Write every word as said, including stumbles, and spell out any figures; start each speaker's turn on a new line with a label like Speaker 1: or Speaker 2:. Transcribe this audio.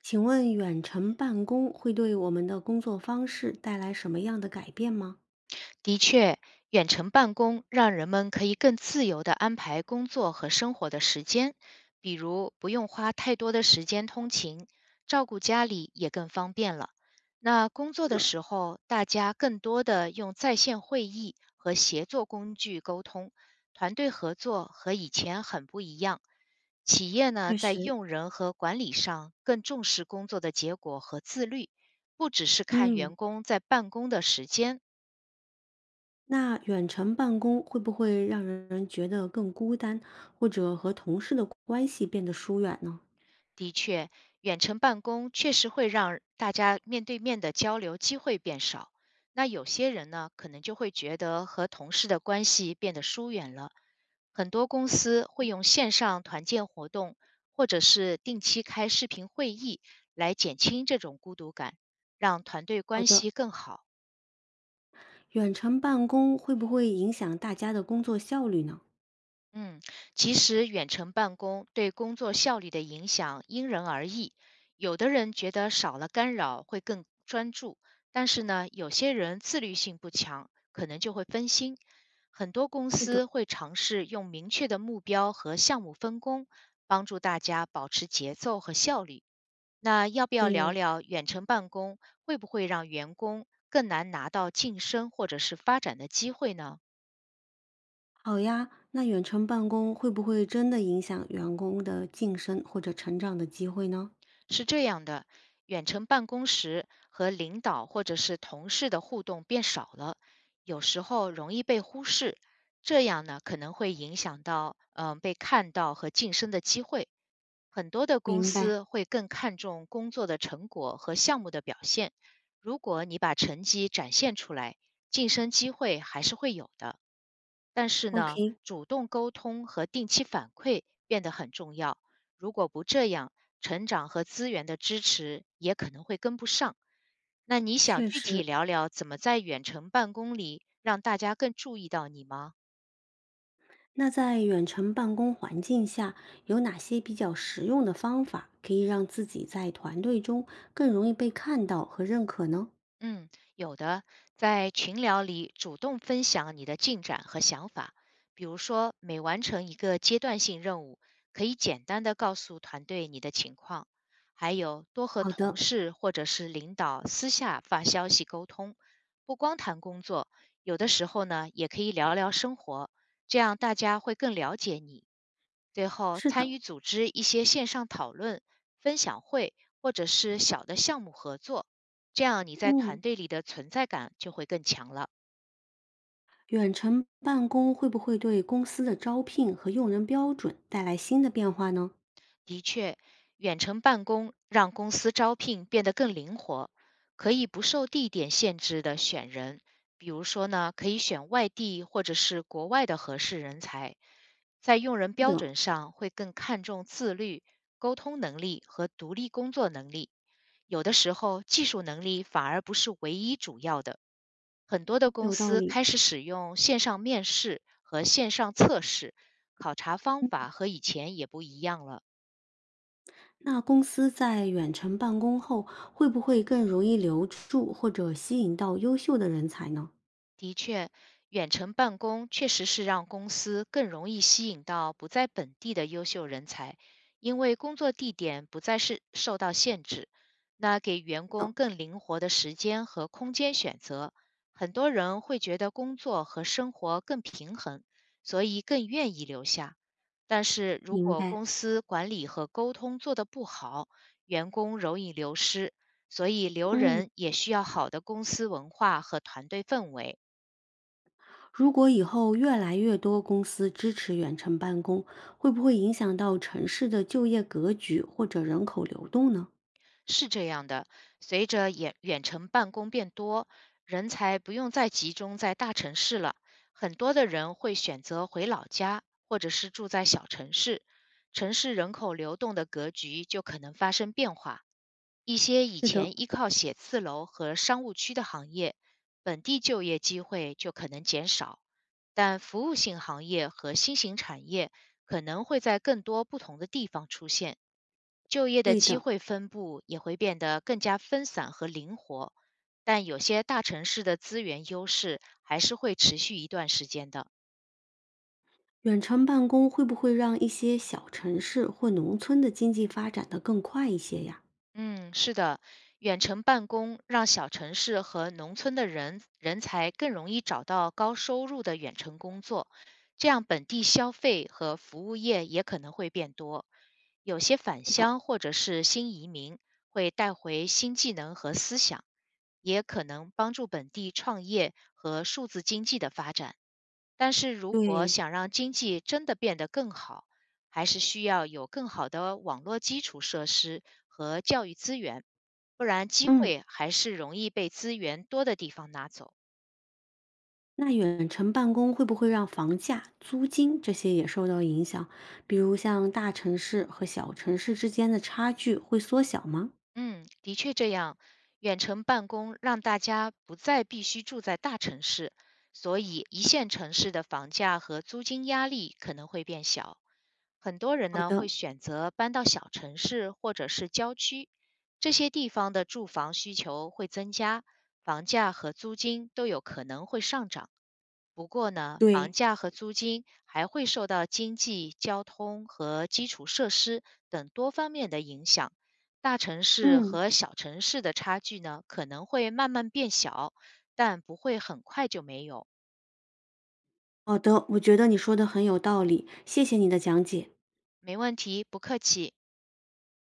Speaker 1: 请问远程办公会对我们的工作方式带来什么样的改变吗？
Speaker 2: 的确，远程办公让人们可以更自由地安排工作和生活的时间，比如不用花太多的时间通勤，照顾家里也更方便了。那工作的
Speaker 1: 的，
Speaker 2: 时候，大家更多的用在线会议和协作工具沟通，团队合作和以前很不一样。企业呢，
Speaker 1: 确
Speaker 2: 在
Speaker 1: 实，
Speaker 2: 用人和管理上更重视工作的结果和自律，不只是看
Speaker 1: 嗯，
Speaker 2: 员工在办公的时间。
Speaker 1: 那远程办公会不会让人觉得更孤单，或者和同事的关系变得疏远呢？
Speaker 2: 的确，远程办公确实会让大家面对面的交流机会变少。那有些人呢，可能就会觉得和同事的关系变得疏远了。很多公司会用线上团建活动，或者是定期开视频会议来减轻这种孤独感，让团队
Speaker 1: 好
Speaker 2: 关
Speaker 1: 的，
Speaker 2: 系更好。
Speaker 1: 远程办公会不会影响大家的工作效率呢？
Speaker 2: 嗯，其实远程办公对工作效率的影响因人而异。有的人觉得少了干扰会更专注，但是呢，有些人自律性不强，可能就会分心。很多公
Speaker 1: 是的，
Speaker 2: 司会尝试用明确的目标和项目分工，帮助大家保持节奏和效率。那要不要聊
Speaker 1: 对，
Speaker 2: 聊远程办公会不会让员工更难拿到晋升或者是发展的机会呢？
Speaker 1: 好呀，那远程办公会不会真的影响员工的晋升或者成长的机会呢？
Speaker 2: 是这样的，远程办公时和领导或者是同事的互动变少了，有时候容易被忽视，这样呢可能会影响到嗯、呃被看到和晋升的机会。很多的公
Speaker 1: 明白
Speaker 2: 司会更看重工作的成果和项目的表现，如果你把成绩展现出来，晋升机会还是会有的。但是呢，
Speaker 1: ，OK，
Speaker 2: 主动沟通和定期反馈变得很重要。如果不这样，成长和资源的支持也可能会跟不上。那你想
Speaker 1: 确
Speaker 2: 具体
Speaker 1: 实，
Speaker 2: 聊聊怎么在远程办公里让大家更注意到你吗？
Speaker 1: 那在远程办公环境下，有哪些比较实用的方法可以让自己在团队中更容易被看到和认可呢？
Speaker 2: 嗯，有的，在群聊里主动分享你的进展和想法，比如说每完成一个阶段性任务，可以简单的告诉团队你的情况，还有多和
Speaker 1: 好
Speaker 2: 同
Speaker 1: 的，
Speaker 2: 事或者是领导私下发消息沟通，不光谈工作，有的时候呢也可以聊聊生活，这样大家会更了解你。最后，
Speaker 1: 是
Speaker 2: 参
Speaker 1: 的，
Speaker 2: 与组织一些线上讨论、分享会或者是小的项目合作，这样你在
Speaker 1: 嗯，
Speaker 2: 团队里的存在感就会更强了。
Speaker 1: 远程办公会不会对公司的招聘和用人标准带来新的变化呢？
Speaker 2: 的确，远程办公让公司招聘变得更灵活，可以不受地点限制的选人，比如说呢，可以选外地或者是国外的合适人才。在用人
Speaker 1: 是
Speaker 2: 标
Speaker 1: 的，
Speaker 2: 准上会更看重自律、沟通能力和独立工作能力。有的时候，技术能力反而不是唯一主要的。很多的公
Speaker 1: 有道
Speaker 2: 司
Speaker 1: 理。
Speaker 2: 开始使用线上面试和线上测试，考察方法和以前也不一样了。
Speaker 1: 那公司在远程办公后，会不会更容易留住或者吸引到优秀的人才呢？
Speaker 2: 的确，远程办公确实是让公司更容易吸引到不在本地的优秀人才，因为工作地点不再是受到限制，那给员
Speaker 1: 懂，
Speaker 2: 工更灵活的时间和空间选择，很多人会觉得工作和生活更平衡，所以更愿意留下。但是如
Speaker 1: 明
Speaker 2: 果
Speaker 1: 白。
Speaker 2: 公司管理和沟通做得不好，员工容易流失，所以留
Speaker 1: 嗯。
Speaker 2: 人也需要好的公司文化和团队氛围。
Speaker 1: 如果以后越来越多公司支持远程办公，会不会影响到城市的就业格局或者人口流动呢？
Speaker 2: 是这样的，随着远远程办公变多，人才不用再集中在大城市了，很多的人会选择回老家，或者是住在小城市，城市人口流动的格局就可能发生变化。一些以
Speaker 1: 是的，
Speaker 2: 前依靠写字楼和商务区的行业，本地就业机会就可能减少，但服务性行业和新型产业可能会在更多不同的地方出现，就业的
Speaker 1: 对
Speaker 2: 机
Speaker 1: 的，
Speaker 2: 会分布也会变得更加分散和灵活，但有些大城市的资源优势还是会持续一段时间的。
Speaker 1: 远程办公会不会让一些小城市或农村的经济发展得更快一些呀？
Speaker 2: 嗯，是的，远程办公让小城市和农村的人人才更容易找到高收入的远程工作，这样本地消费和服务业也可能会变多。有些返
Speaker 1: 是的，
Speaker 2: 乡或者是新移民会带回新技能和思想，也可能帮助本地创业和数字经济的发展。但是如果
Speaker 1: 对，
Speaker 2: 想让经济真的变得更好，还是需要有更好的网络基础设施和教育资源，不然机
Speaker 1: 嗯，
Speaker 2: 会还是容易被资源多的地方拿走。
Speaker 1: 那远程办公会不会让房价、租金这些也受到影响？比如像大城市和小城市之间的差距会缩小吗？
Speaker 2: 嗯，的确这样，远程办公让大家不再必须住在大城市，所以一线城市的房价和租金压力可能会变小。很多人
Speaker 1: 好
Speaker 2: 呢
Speaker 1: 的，
Speaker 2: 会选择搬到小城市或者是郊区，这些地方的住房需求会增加，房价和租金都有可能会上涨。不过呢，房
Speaker 1: 对，
Speaker 2: 价和租金还会受到经济、交通和基础设施等多方面的影响。大城市
Speaker 1: 嗯。
Speaker 2: 和小城市的差距呢，可能会慢慢变小，但不会很快就没有。
Speaker 1: 好的，我觉得你说的很有道理，谢谢你的讲解。
Speaker 2: 没问题，不客气。